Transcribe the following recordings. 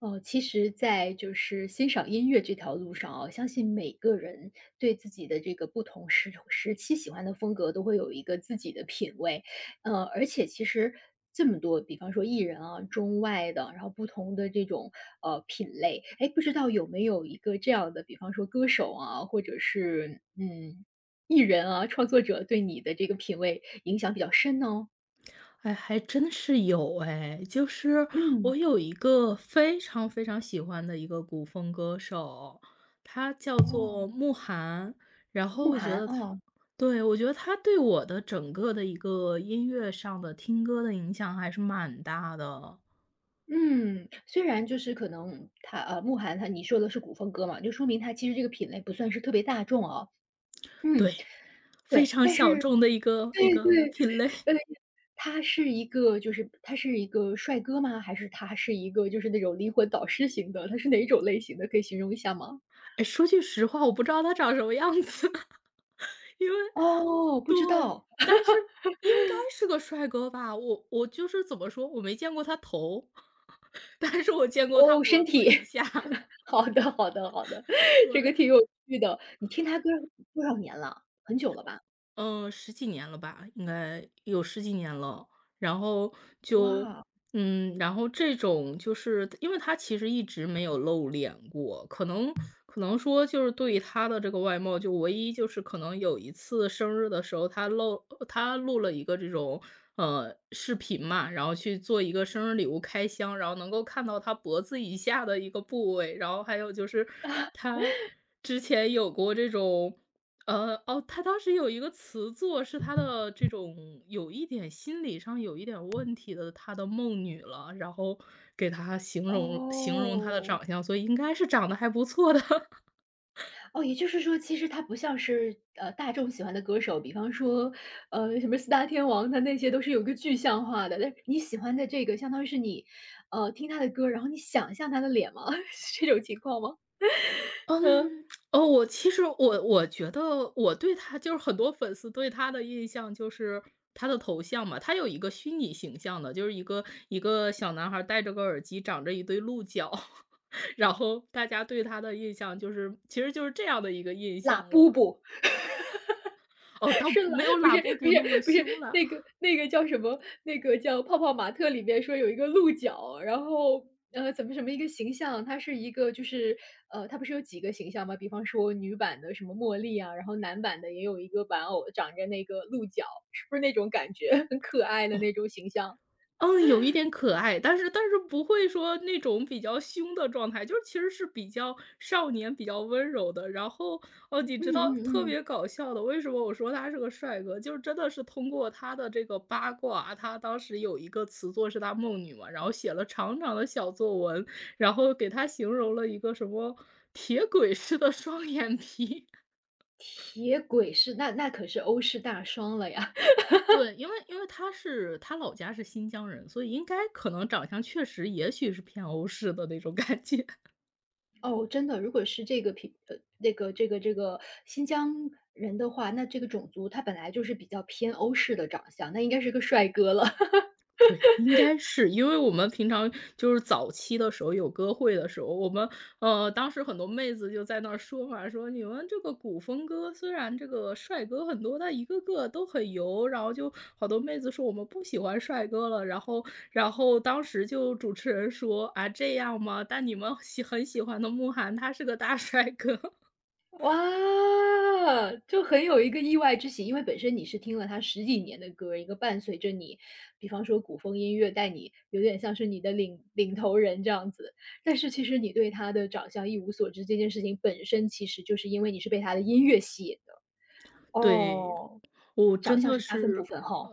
哦，其实在就是欣赏音乐这条路上啊，相信每个人对自己的这个不同时期喜欢的风格都会有一个自己的品味。而且其实这么多，比方说艺人啊，中外的，然后不同的这种品类，哎，不知道有没有一个这样的，比方说歌手啊，或者是艺人啊，创作者对你的这个品味影响比较深呢？哎，还真是有哎，就是嗯。我有一个非常非常喜欢的一个古风歌手，他叫做哦，慕寒，然后慕我觉寒得他，哦。对，我觉得他对我的整个的一个音乐上的听歌的影响还是蛮大的，嗯，虽然就是可能他慕寒他你说的是古风歌嘛，就说明他其实这个品类不算是特别大众啊。嗯。对，非对。常但小是众的一个一对个对，品类。呃，他是一个帅哥吗？还是他是一个就是那种灵魂导师型的？他是哪种类型的？可以形容一下吗？哎，说句实话，我不知道他长什么样子。因为哦，不知对，道。但是应该是个帅哥吧，我就是怎么说，我没见过他头，但是我见过他哦，脖身体。子以下，好的好的好的，这对。个挺有趣的。你听他歌多少年了？很久了吧？嗯，十几年了吧，应该有十几年了。然后就哇。然后这种就是因为他其实一直没有露脸过，可能说就是对于他的这个外貌，就唯一就是可能有一次生日的时候，他录了一个这种，视频嘛，然后去做一个生日礼物开箱，然后能够看到他脖子以下的一个部位，然后还有就是他之前有过这种哦，他当时有一个词作是他的这种有一点心理上有一点问题的他的梦女了，然后给他形容形容她的哦。长相，所以应该是长得还不错的。哦，也就是说，其实他不像是大众喜欢的歌手，比方说，什么四大天王，他那些都是有个具象化的。但是你喜欢的这个，相当于是你，听他的歌，然后你想象他的脸吗？是这种情况吗？嗯。嗯，哦，我其实我觉得我对他就是很多粉丝对他的印象就是他的头像嘛，他有一个虚拟形象的，就是一个小男孩戴着个耳机，长着一对鹿角，然后大家对他的印象就是其实就是这样的一个印拉象布了。布。哦，倒是了，没有不拉是布不布是那么不是。凶了。那个叫什么？那个叫《泡泡玛特》里面说有一个鹿角，然后，怎么什么一个形象，它是一个就是，它不是有几个形象吗？比方说女版的什么茉莉啊，然后男版的也有一个玩偶长着那个鹿角，是不是那种感觉？很可爱的那种形象。嗯，有一点可爱，但是不会说那种比较凶的状态，就是其实是比较少年、比较温柔的。然后，哦，你知嗯道嗯特嗯。别搞笑的，为什么我说他是个帅哥？就是真的是通过他的这个八卦，他当时有一个词作是他梦女嘛，然后写了长长的小作文，然后给他形容了一个什么铁轨似的双眼皮。铁轨是那可是欧式大双了呀。对，因为他老家是新疆人，所以应该可能长相确实也许是偏欧式的那种感觉。哦，真的。如果是这个那个这个新疆人的话，那这个种族他本来就是比较偏欧式的长相，那应该是个帅哥了。对，应该是，因为我们平常就是早期的时候有歌会的时候，我们，当时很多妹子就在那儿说嘛，说你们这个古风歌虽然这个帅哥很多，但一个个都很油，然后就好多妹子说我们不喜欢帅哥了，然后当时就主持人说啊这样吗？但你们喜很喜欢的慕寒他是个大 帅哥。哇，就很有一个意外之喜，因为本身你是听了他十几年的歌，一个伴随着你，比方说古风音乐带你，有点像是你的领头人这样子。但是其实你对他的长相一无所知，这件事情本身其实就是因为你是被他的音乐吸引的。对，哦。我长真相的是加分部是，分哈。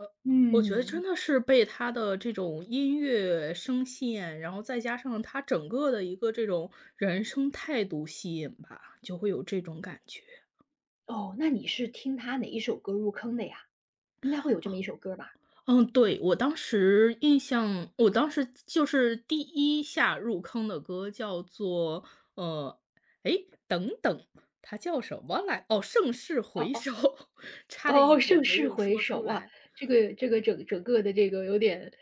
我觉得真嗯。的是被他的这种音乐声线，然后再加上他整个的一个这种人生态度吸引吧，就会有这种感觉。哦，那你是听他哪一首歌入坑的呀？应该会有这么一啊，首歌吧？嗯，对，我当时就是第一下入坑的歌叫做，呃，哎，等等，他叫什么来哦，《盛世哦回哦首》，哦，差一《<laughs> 盛点没世有回说首》出啊，来。这个整个的这个有点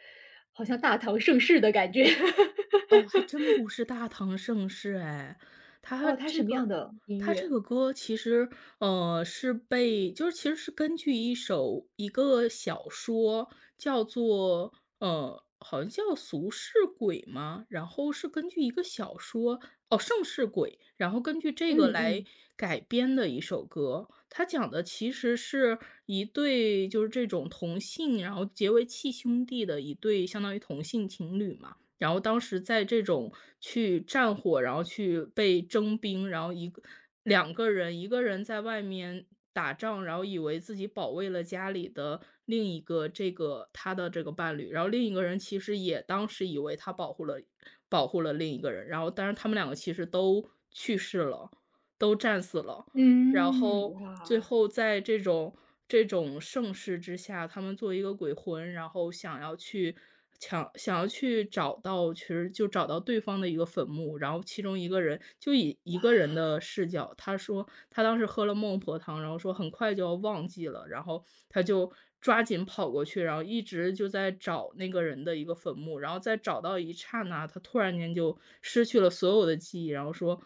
好像大唐盛世的感觉。哦，还真不是大唐盛世哎，他哦，他什这么样个的音他这乐？个歌其实，就是其实是根据一个小说叫做，好像叫《俗世鬼》嘛，然后是根据一个小说哦，《盛世鬼》，然后根据嗯这个来嗯。改编的一首歌。它讲的其实是一对就是这种同性，然后结为契兄弟的一对相当于同性情侣嘛。然后当时在这种去战火，然后去被征兵，然后两个人，一个人在外面打仗，然后以为自己保卫了家里的另一个这个他的这个伴侣，然后另一个人其实也当时以为他保护了另一个人，然后但是他们两个其实都去世了，都战死了。然嗯。后最哇。后在这种这种盛世之下，他们作为一个鬼魂，然后想要去想要去找到其实就找到对方的一个坟墓，然后其中一个人就以一个人的视角，他说他当时喝了孟婆汤，然后说很快就要忘记了，然后他就抓紧跑过去，然后一直就在找那个人的一个坟墓，然后在找到一刹那，他突然间就失去了所有的记忆，然后说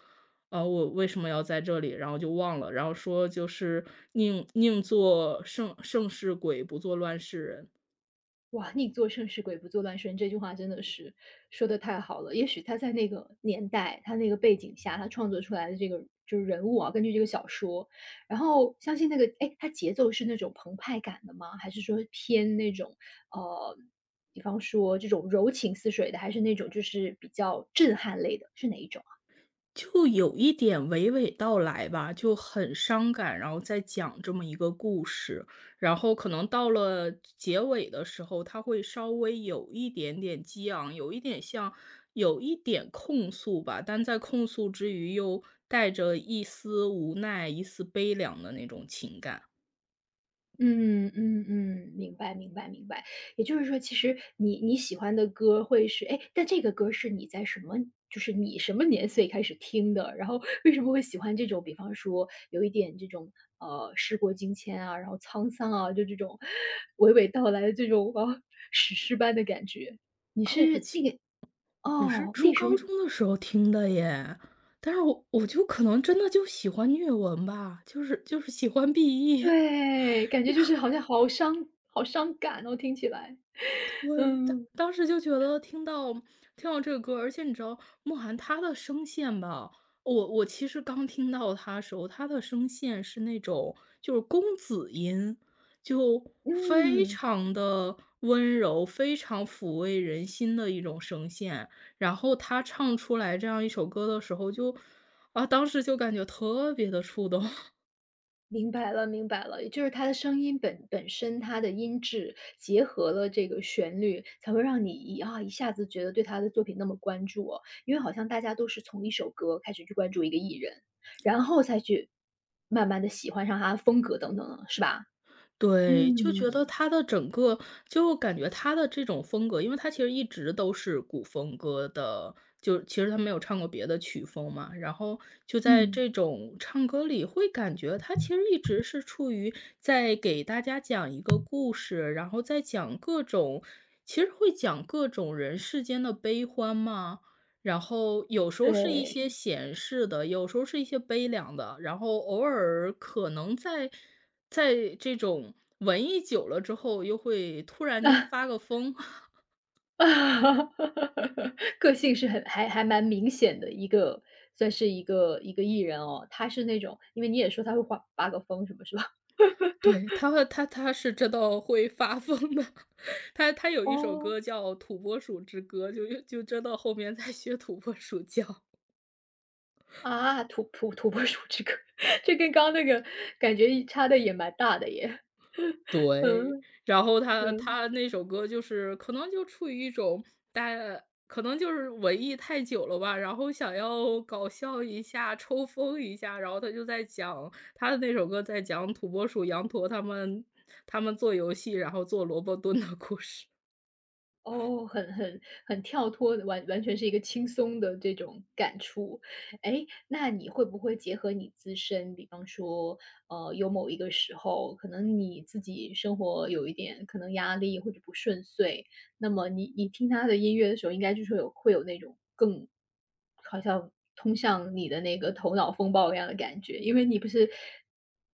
啊，我为什么要在这里？然后就忘了，然后说就是宁做盛世鬼，不做乱世人，哇，宁做盛世，鬼不做乱世人，这句话真的是说的太好了。也许他在那个年代，他那个背景下，他创作出来的这个就是人物啊，根据这个小说，然后相信那个，哎，他节奏是那种澎湃感的吗？还是说偏那种呃，比方说这种柔情似水的，还是那种就是比较震撼类的，是哪一种？就有一点娓娓道来吧，就很伤感，然后再讲这么一个故事，然后可能到了结尾的时候，他会稍微有一点点激昂，有一点像，有一点控诉吧，但在控诉之余又带着一丝无奈、一丝悲凉的那种情感。嗯嗯嗯，明白明白明白。也就是说，其实你喜欢的歌会是哎，但这个歌是你在什么就是你什么年岁开始听的？然后为什么会喜欢这种，比方说有一点这种时过境迁啊，然后沧桑啊，就这种娓娓道来的这种啊史诗般的感觉？你哦，我是那去，个。我是哦，初那时候高中的时候听的耶，但是我就可能真的就喜欢虐文吧，就是喜欢 BE。对，感觉就是好像好伤感哦，听起来。对，当嗯当时就觉得听到这个歌而且你知道慕寒她的声线吧，我其实刚听到她的时候，她的声线是那种就是公子音，就非嗯。常的温柔，非常抚慰人心的一种声线。然后她唱出来这样一首歌的时候就啊，当时就感觉特别的触动。明白了，明白了，也就是他的声音本身，他的音质结合了这个旋律，才会让你一下子觉得对他的作品那么关注哦。因为好像大家都是从一首歌开始去关注一个艺人，然后才去慢慢的喜欢上他的风格等等的，是吧？对，就觉得嗯。他的整个就感觉他的这种风格，因为他其实一直都是古风歌的，就其实他没有唱过别的曲风嘛。然后就在嗯。这种唱歌里，会感觉他其实一直是处于在给大家讲一个故事，然后在讲各种，其实会讲各种人世间的悲欢嘛。然后有时候是一些对。闲适的，有时候是一些悲凉的，然后偶尔可能在这种文艺久了之后，又会突然间发个疯。个性是很还蛮明显的一个算是一个艺人哦，他是那种因为你也说他会画八个风什么，是吧？对，他是真的会发疯的，他有一首哦。歌叫《土拨鼠之歌》，就真的后面在学土拨鼠叫。啊，土拨鼠这个，这跟刚刚那个感觉一差的也蛮大的耶。对，嗯。然后他嗯。他那首歌就是可能就处于一种大家可能就是文艺太久了吧，然后想要搞笑一下、抽风一下，然后他就在讲他的那首歌在讲土拨鼠、羊驼他们做游戏，然后做萝卜蹲的故事。哦，很跳脱的，完全是一个轻松的这种感触。哎，那你会不会结合你自身，比方说，有某一个时候，可能你自己生活有一点可能压力或者不顺遂，那么你听他的音乐的时候，应该就是会有那种更好像通向你的那个头脑风暴一样的感觉，因为你不是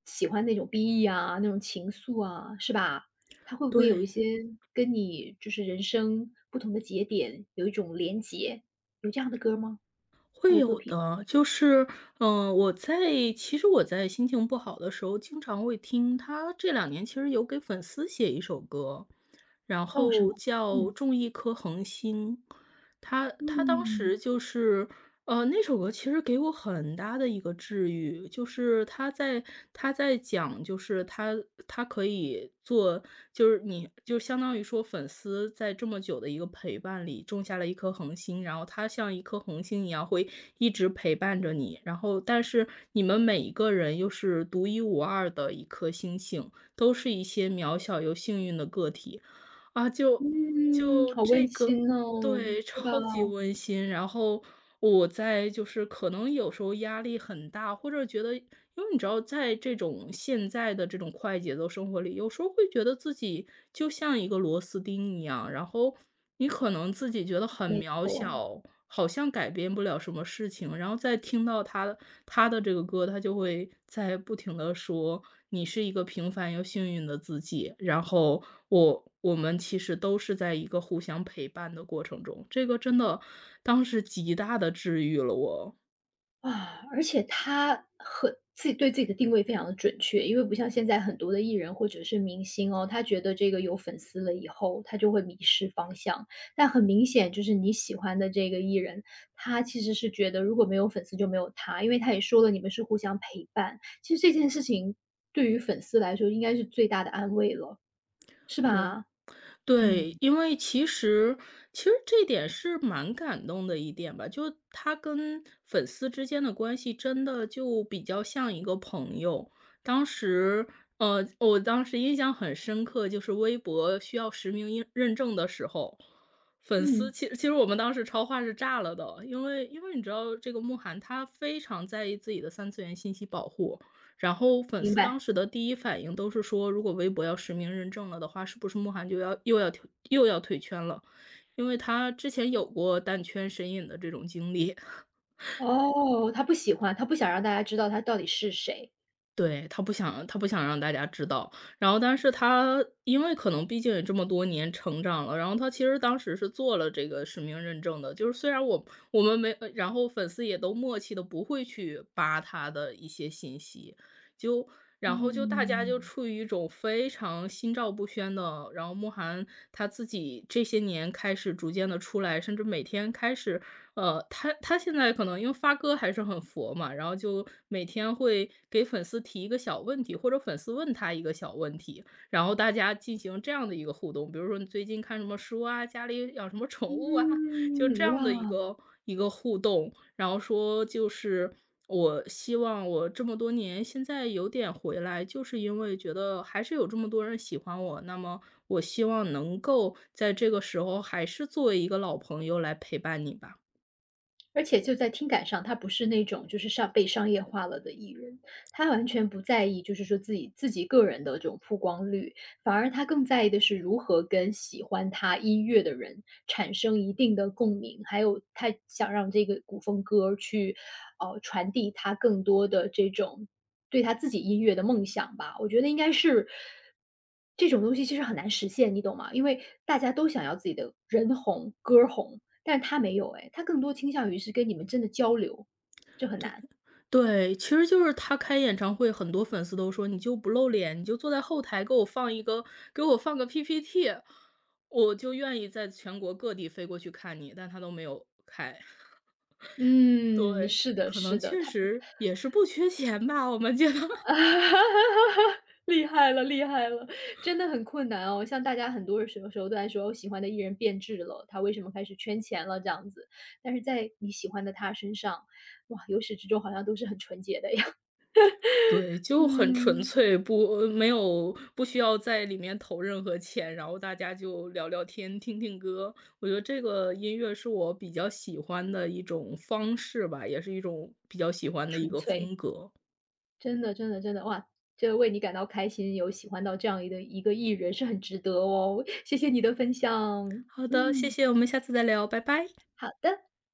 喜欢那种 BE 啊，那种情愫啊，是吧？它会 不会有一对。些跟你就是人生不同的节点有一种连结？有这样的歌吗？他会的作有品？的，就是，其实我在心情不好的时候，经常会听他这两年其实有给粉丝写一首歌，然哦，什么？后叫嗯。《种一颗恒星》，他他当嗯。时就是那首歌其实给我很大的一个治愈，就是他在讲，就是他可以做，就是你就相当于说粉丝在这么久的一个陪伴里种下了一颗恒星，然后他像一颗恒星一样会一直陪伴着你，然后但是你们每一个人又是独一无二的一颗星星，都是一些渺小又幸运的个体，啊，就嗯，就好温这个馨哦。对，对吧？超级温馨。然后我在就是可能有时候压力很大，或者觉得，因为你知道，在这种现在的这种快节奏生活里，有时候会觉得自己就像一个螺丝钉一样，然后你可能自己觉得很没渺错。小，好像改变不了什么事情。然后再听到他的这个歌，他就会在不停的说：“你是一个平凡又幸运的自己。”然后我们其实都是在一个互相陪伴的过程中，这个真的当时极大的治愈了我，啊，而且他很自己对自己的定位非常的准确，因为不像现在很多的艺人或者是明星哦，他觉得这个有粉丝了以后，他就会迷失方向。但很明显就是你喜欢的这个艺人，他其实是觉得如果没有粉丝就没有他，因为他也说了你们是互相陪伴。其实这件事情对于粉丝来说应该是最大的安慰了，是对。吧？对，嗯。因为其实这点是蛮感动的一点吧，就他跟粉丝之间的关系真的就比较像一个朋友。当时，我当时印象很深刻，就是微博需要实名认证的时候，粉嗯，丝其实我们当时超话是炸了的，因为你知道这个慕寒他非常在意自己的三次元信息保护，然后粉明丝白。当时的第一反应都是说，如果微博要实名认证了的话，是不是慕寒就要又要退圈了？因为他之前有过蛋圈神隐的这种经历，哦，他不喜欢，他不想让大家知道他到底是谁。对，他不想让大家知道。然后但是他因为可能毕竟也这么多年成长了，然后他其实当时是做了这个实名认证的，就是虽然我我们没呃然后粉丝也都默契的不会去扒他的一些信息，就然后大家嗯。就处于一种非常心照不宣的然后慕寒他自己这些年开始逐渐的出来，甚至每天开始他现在可能因为发哥还是很佛嘛，然后就每天会给粉丝提一个小问题，或者粉丝问他一个小问题，然后大家进行这样的一个互动。比如说你最近看什么书啊，家里养什么宠物啊，就这嗯。哇！样的一个互动。然后说就是我希望我这么多年现在有点回来，就是因为觉得还是有这么多人喜欢我，那么我希望能够在这个时候还是作为一个老朋友来陪伴你吧。而且就在听感上，他不是那种就是上被商业化了的艺人，他完全不在意，就是说自己个人的这种曝光率，反而他更在意的是如何跟喜欢他音乐的人产生一定的共鸣，还有他想让这个古风歌去，传递他更多的这种对他自己音乐的梦想吧。我觉得应该是这种东西其实很难实现，你懂吗？因为大家都想要自己的人红、歌红，但是他没有哎，他更多倾向于是跟你们真的交流，这很对难。对，其实就是他开演唱会，很多粉丝都说：“你就不露脸，你就坐在后台给我放个 PPT，我就愿意在全国各地飞过去看你。”但他都没有开。嗯，对，是的，可是能的，确他 实也是不缺钱吧，我们觉得。厉害了，厉害了，真的很困难哦。像大家很多什么时候都在说，我喜欢的艺人变质了，他为什么开始圈钱了这样子？但是在你喜欢的他身上，哇，由始至终好像都是很纯洁的呀。对，就很纯嗯。粹，不没有不需要在里面投任何钱，然后大家就聊聊天、听听歌。我觉得这个音乐是我比较喜欢的一种方式吧，也是一种比较喜欢的一纯个粹。风格。真的真的真的，哇，就为你感到开心，有喜欢到这样一个艺人是很值得哦，谢谢你的分享。好的，谢嗯，谢，我们下次再聊，拜拜。好的。